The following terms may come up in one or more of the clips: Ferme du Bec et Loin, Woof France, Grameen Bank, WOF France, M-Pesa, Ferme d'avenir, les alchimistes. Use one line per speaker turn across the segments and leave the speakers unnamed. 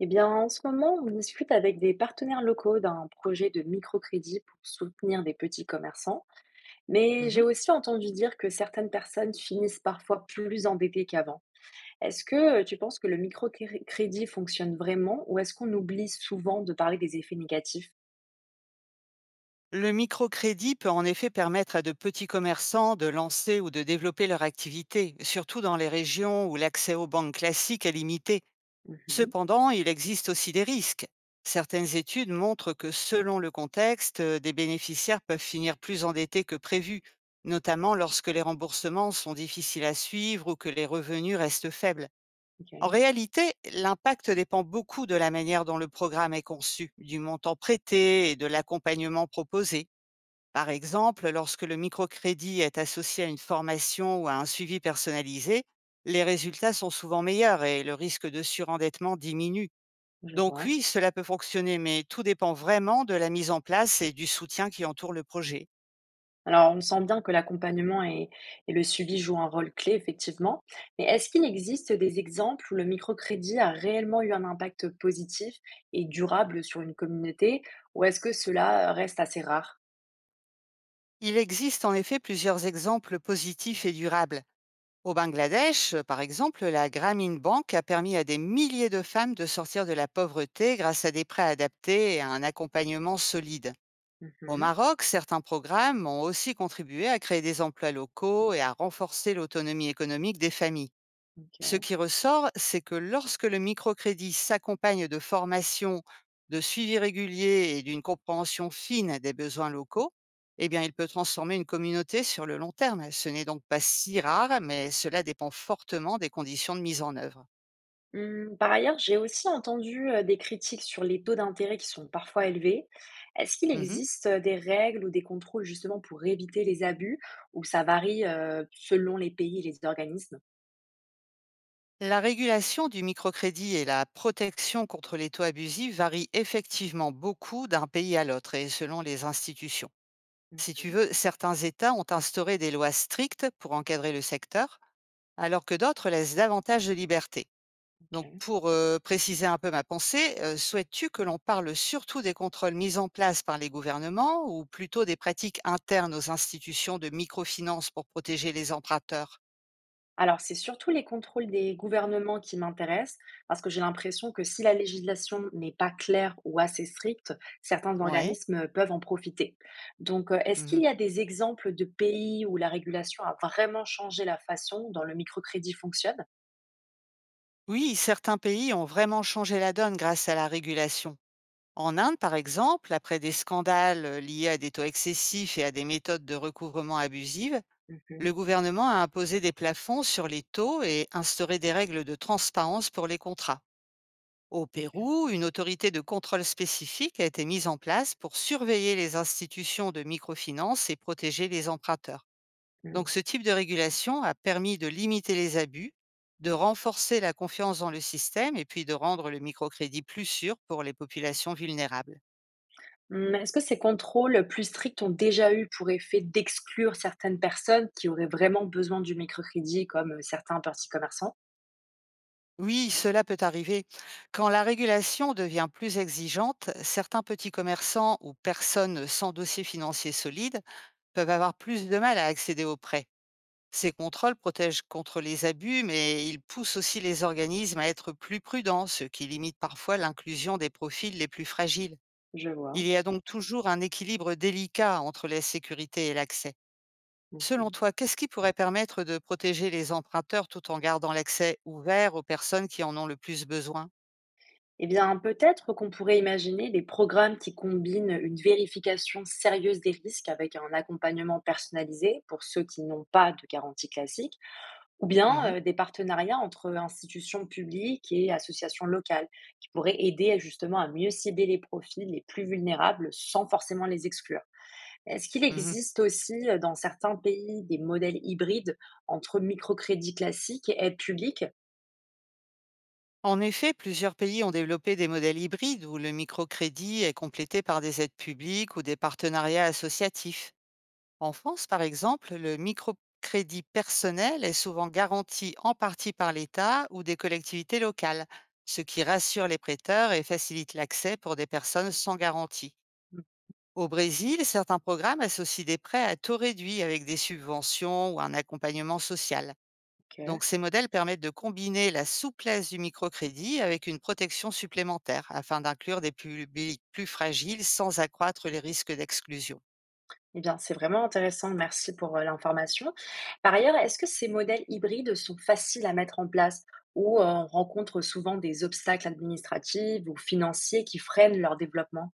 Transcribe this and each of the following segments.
Eh bien, en ce moment, on discute avec des partenaires locaux d'un projet de microcrédit pour soutenir des petits commerçants. Mais j'ai
Mmh.
aussi entendu dire que certaines personnes finissent parfois plus endettées qu'avant. Est-ce que tu penses que le microcrédit fonctionne vraiment ou est-ce qu'on oublie souvent de parler des effets négatifs?
Le microcrédit peut en effet permettre à de petits commerçants de lancer ou de développer leur activité, surtout dans les régions où l'accès aux banques classiques est limité.
Mhm.
Cependant, il existe aussi des risques. Certaines études montrent que selon le contexte, des bénéficiaires peuvent finir plus endettés que prévu, notamment lorsque les remboursements sont difficiles à suivre ou que les revenus restent faibles. En
Ok,
réalité, l'impact dépend beaucoup de la manière dont le programme est conçu, du montant prêté et de l'accompagnement proposé. Par exemple, lorsque le microcrédit est associé à une formation ou à un suivi personnalisé, les résultats sont souvent meilleurs et le risque de surendettement diminue.
je
Donc
vois.
oui, cela peut fonctionner, mais tout dépend vraiment de la mise en place et du soutien qui entoure le projet.
Alors, on sent bien que l'accompagnement et le suivi jouent un rôle clé, effectivement. Mais est-ce qu'il existe des exemples où le microcrédit a réellement eu un impact positif et durable sur une communauté, ou est-ce que cela reste assez rare?
Il existe en effet plusieurs exemples positifs et durables. Au Bangladesh, par exemple, la Grameen Bank a permis à des milliers de femmes de sortir de la pauvreté grâce à des prêts adaptés et à un accompagnement solide. Au
Mhm,
Maroc, certains programmes ont aussi contribué à créer des emplois locaux et à renforcer l'autonomie économique des familles. Ce
ok.
qui ressort, c'est que lorsque le microcrédit s'accompagne de formations, de suivi régulier et d'une compréhension fine des besoins locaux, eh bien, il peut transformer une communauté sur le long terme. Ce n'est donc pas si rare, mais cela dépend fortement des conditions de mise en œuvre.
Par ailleurs, j'ai aussi entendu des critiques sur les taux d'intérêt qui sont parfois élevés. Est-ce qu'il
Mhm.
existe des règles ou des contrôles justement pour éviter les abus, ou ça varie selon les pays et les organismes?
La régulation du microcrédit et la protection contre les taux abusifs varient effectivement beaucoup d'un pays à l'autre et selon les institutions. Si tu
Mhm,
veux, certains États ont instauré des lois strictes pour encadrer le secteur, alors que d'autres laissent davantage de liberté. Donc
ok.
pour, préciser un peu ma pensée, souhaites-tu que l'on parle surtout des contrôles mis en place par les gouvernements ou plutôt des pratiques internes aux institutions de microfinance pour protéger les emprunteurs?
Alors, c'est surtout les contrôles des gouvernements qui m'intéressent, parce que j'ai l'impression que si la législation n'est pas claire ou assez stricte, certains
Ouais.
organismes peuvent en profiter. Donc, est-ce qu'il
Mmh.
y a des exemples de pays où la régulation a vraiment changé la façon dont le microcrédit fonctionne?
Oui, certains pays ont vraiment changé la donne grâce à la régulation. En Inde, par exemple, après des scandales, liés à des taux excessifs et à des méthodes de recouvrement abusives, le
Mhm,
gouvernement a imposé des plafonds sur les taux et instauré des règles de transparence pour les contrats. Au
ok.
Pérou, une autorité de contrôle spécifique a été mise en place pour surveiller les institutions de microfinance et protéger les emprunteurs. Donc
Hmm.
ce type de régulation a permis de limiter les abus, de renforcer la confiance dans le système et puis de rendre le microcrédit plus sûr pour les populations vulnérables.
Hmm. Est-ce que ces contrôles plus stricts ont déjà eu pour effet d'exclure certaines personnes qui auraient vraiment besoin du microcrédit, comme certains petits commerçants?
Oui, cela peut arriver. Quand la régulation devient plus exigeante, certains petits commerçants ou personnes sans dossier financier solide peuvent avoir plus de mal à accéder aux prêts. Ces contrôles protègent contre les abus, mais ils poussent aussi les organismes à être plus prudents, ce qui limite parfois l'inclusion des profils les plus fragiles.
Je vois.
Il y a donc toujours un équilibre délicat entre la sécurité et l'accès. Selon toi, qu'est-ce qui pourrait permettre de protéger les emprunteurs tout en gardant l'accès ouvert aux personnes qui en ont le plus besoin?
Eh bien, peut-être qu'on pourrait imaginer des programmes qui combinent une vérification sérieuse des risques avec un accompagnement personnalisé pour ceux qui n'ont pas de garantie classique, ou
Mmh mh.
bien des partenariats entre institutions publiques et associations locales qui pourraient aider justement à mieux cibler les profils les plus vulnérables sans forcément les exclure. Est-ce qu'il
Mmh.
existe aussi dans certains pays des modèles hybrides entre microcrédit classique et aide publique?
En effet, plusieurs pays ont développé des modèles hybrides où le microcrédit est complété par des aides publiques ou des partenariats associatifs. En France, par exemple, le microcrédit personnel est souvent garanti en partie par l'État ou des collectivités locales, ce qui rassure les prêteurs et facilite l'accès pour des personnes sans garantie. Au Brésil, certains programmes associent des prêts à taux réduit avec des subventions ou un accompagnement social.
Ok.
Donc, ces modèles permettent de combiner la souplesse du microcrédit avec une protection supplémentaire afin d'inclure des publics plus fragiles sans accroître les risques d'exclusion.
Eh bien, c'est vraiment intéressant. Merci pour l'information. Par ailleurs, est-ce que ces modèles hybrides sont faciles à mettre en place ou on rencontre souvent des obstacles administratifs ou financiers qui freinent leur développement?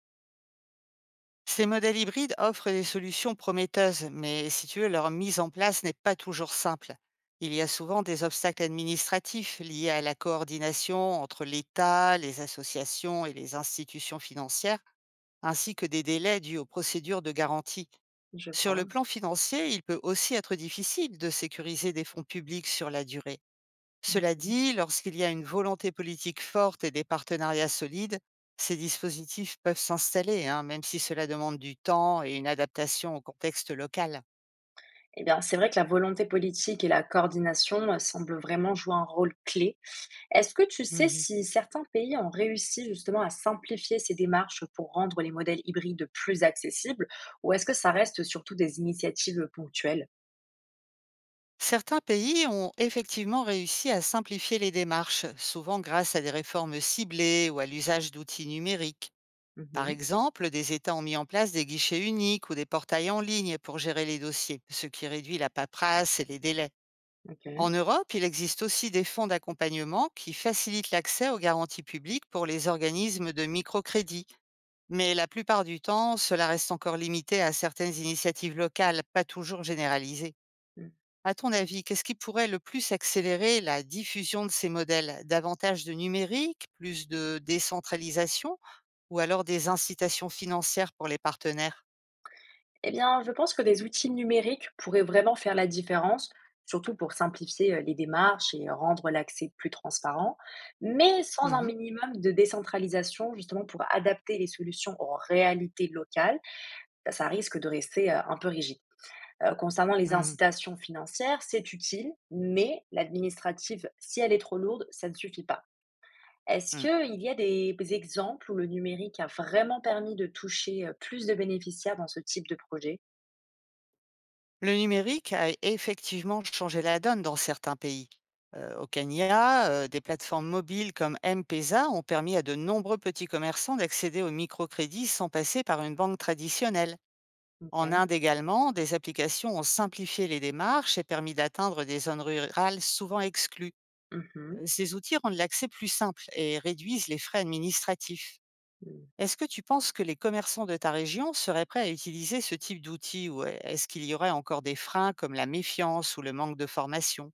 Ces modèles hybrides offrent des solutions prometteuses, mais si tu veux, leur mise en place n'est pas toujours simple. Il y a souvent des obstacles administratifs liés à la coordination entre l'État, les associations et les institutions financières, ainsi que des délais dus aux procédures de garantie.
Je
Sur le
vois.
plan financier, il peut aussi être difficile de sécuriser des fonds publics sur la durée. Cela
Mhm.
dit, lorsqu'il y a une volonté politique forte et des partenariats solides, ces dispositifs peuvent s'installer, hein, même si cela demande du temps et une adaptation au contexte local.
Eh bien, c'est vrai que la volonté politique et la coordination semblent vraiment jouer un rôle clé. Est-ce que tu sais
Mhm.
si certains pays ont réussi justement à simplifier ces démarches pour rendre les modèles hybrides plus accessibles, ou est-ce que ça reste surtout des initiatives ponctuelles?
Certains pays ont effectivement réussi à simplifier les démarches, souvent grâce à des réformes ciblées ou à l'usage d'outils numériques. Par
Mhm,
exemple, des États ont mis en place des guichets uniques ou des portails en ligne pour gérer les dossiers, ce qui réduit la paperasse et les délais. En
ok.
Europe, il existe aussi des fonds d'accompagnement qui facilitent l'accès aux garanties publiques pour les organismes de microcrédit. Mais la plupart du temps, cela reste encore limité à certaines initiatives locales, pas toujours généralisées. À ton avis, qu'est-ce qui pourrait le plus accélérer la diffusion de ces modèles? Davantage de numérique, plus de décentralisation ou alors des incitations financières pour les partenaires?
Eh bien, je pense que des outils numériques pourraient vraiment faire la différence, surtout pour simplifier les démarches et rendre l'accès plus transparent, mais
Mmh
sans un
mh.
minimum de décentralisation, justement pour adapter les solutions aux réalités locales, bah, ça risque de rester un peu rigide. Concernant les
Mmh.
incitations financières, c'est utile, mais l'administrative, si elle est trop lourde, ça ne suffit pas. Est-ce
Mmh.
qu'il y a des exemples où le numérique a vraiment permis de toucher plus de bénéficiaires dans ce type de projet?
Le numérique a effectivement changé la donne dans certains pays. Au Kenya, des plateformes mobiles comme M-Pesa ont permis à de nombreux petits commerçants d'accéder au microcrédit sans passer par une banque traditionnelle. En
Ok.
Inde également, des applications ont simplifié les démarches et permis d'atteindre des zones rurales souvent exclues.
Mmh mh.
Ces outils rendent l'accès plus simple et réduisent les frais administratifs.
Mmh.
Est-ce que tu penses que les commerçants de ta région seraient prêts à utiliser ce type d'outils ou ouais, est-ce qu'il y aurait encore des freins comme la méfiance ou le manque de formation?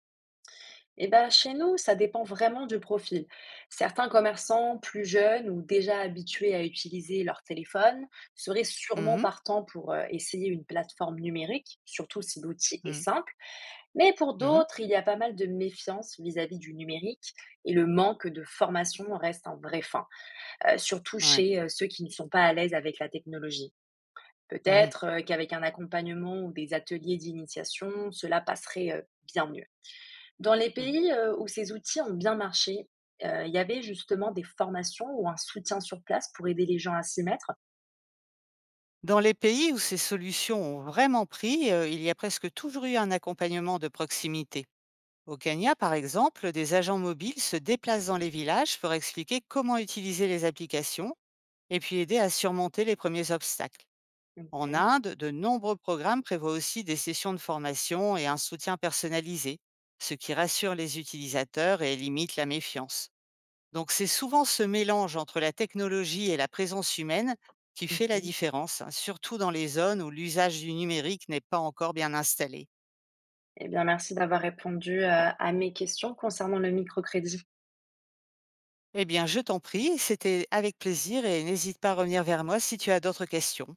Et bah, chez nous, ça dépend vraiment du profil. Certains commerçants plus jeunes ou déjà habitués à utiliser leur téléphone seraient sûrement
Mhm,
partants pour essayer une plateforme numérique, surtout si l'outil est
mhm,
simple. Mais pour
mhm,
d'autres, il y a pas mal de méfiance vis-à-vis du numérique et le manque de formation reste un vrai frein, surtout
ouais,
chez, ceux qui ne sont pas à l'aise avec la technologie.
mhm,
Peut-être, qu'avec un accompagnement ou des ateliers d'initiation, cela passerait, bien mieux. Dans les
mhm.
pays, où ces outils ont bien marché, il y avait justement des formations ou un soutien sur place pour aider les gens à s'y mettre.
Dans les pays où ces solutions ont vraiment pris, il y a presque toujours eu un accompagnement de proximité. Au Kenya, par exemple, des agents mobiles se déplacent dans les villages pour expliquer comment utiliser les applications et puis aider à surmonter les premiers obstacles. En
OK.
Inde, de nombreux programmes prévoient aussi des sessions de formation et un soutien personnalisé, ce qui rassure les utilisateurs et limite la méfiance. Donc c'est souvent ce mélange entre la technologie et la présence humaine qui fait la
Mmh.
différence, hein, surtout dans les zones où l'usage du numérique n'est pas encore bien installé.
Eh bien, merci d'avoir répondu, à mes questions concernant le microcrédit.
Eh bien, je t'en prie, c'était avec plaisir et n'hésite pas à revenir vers moi si tu as d'autres questions.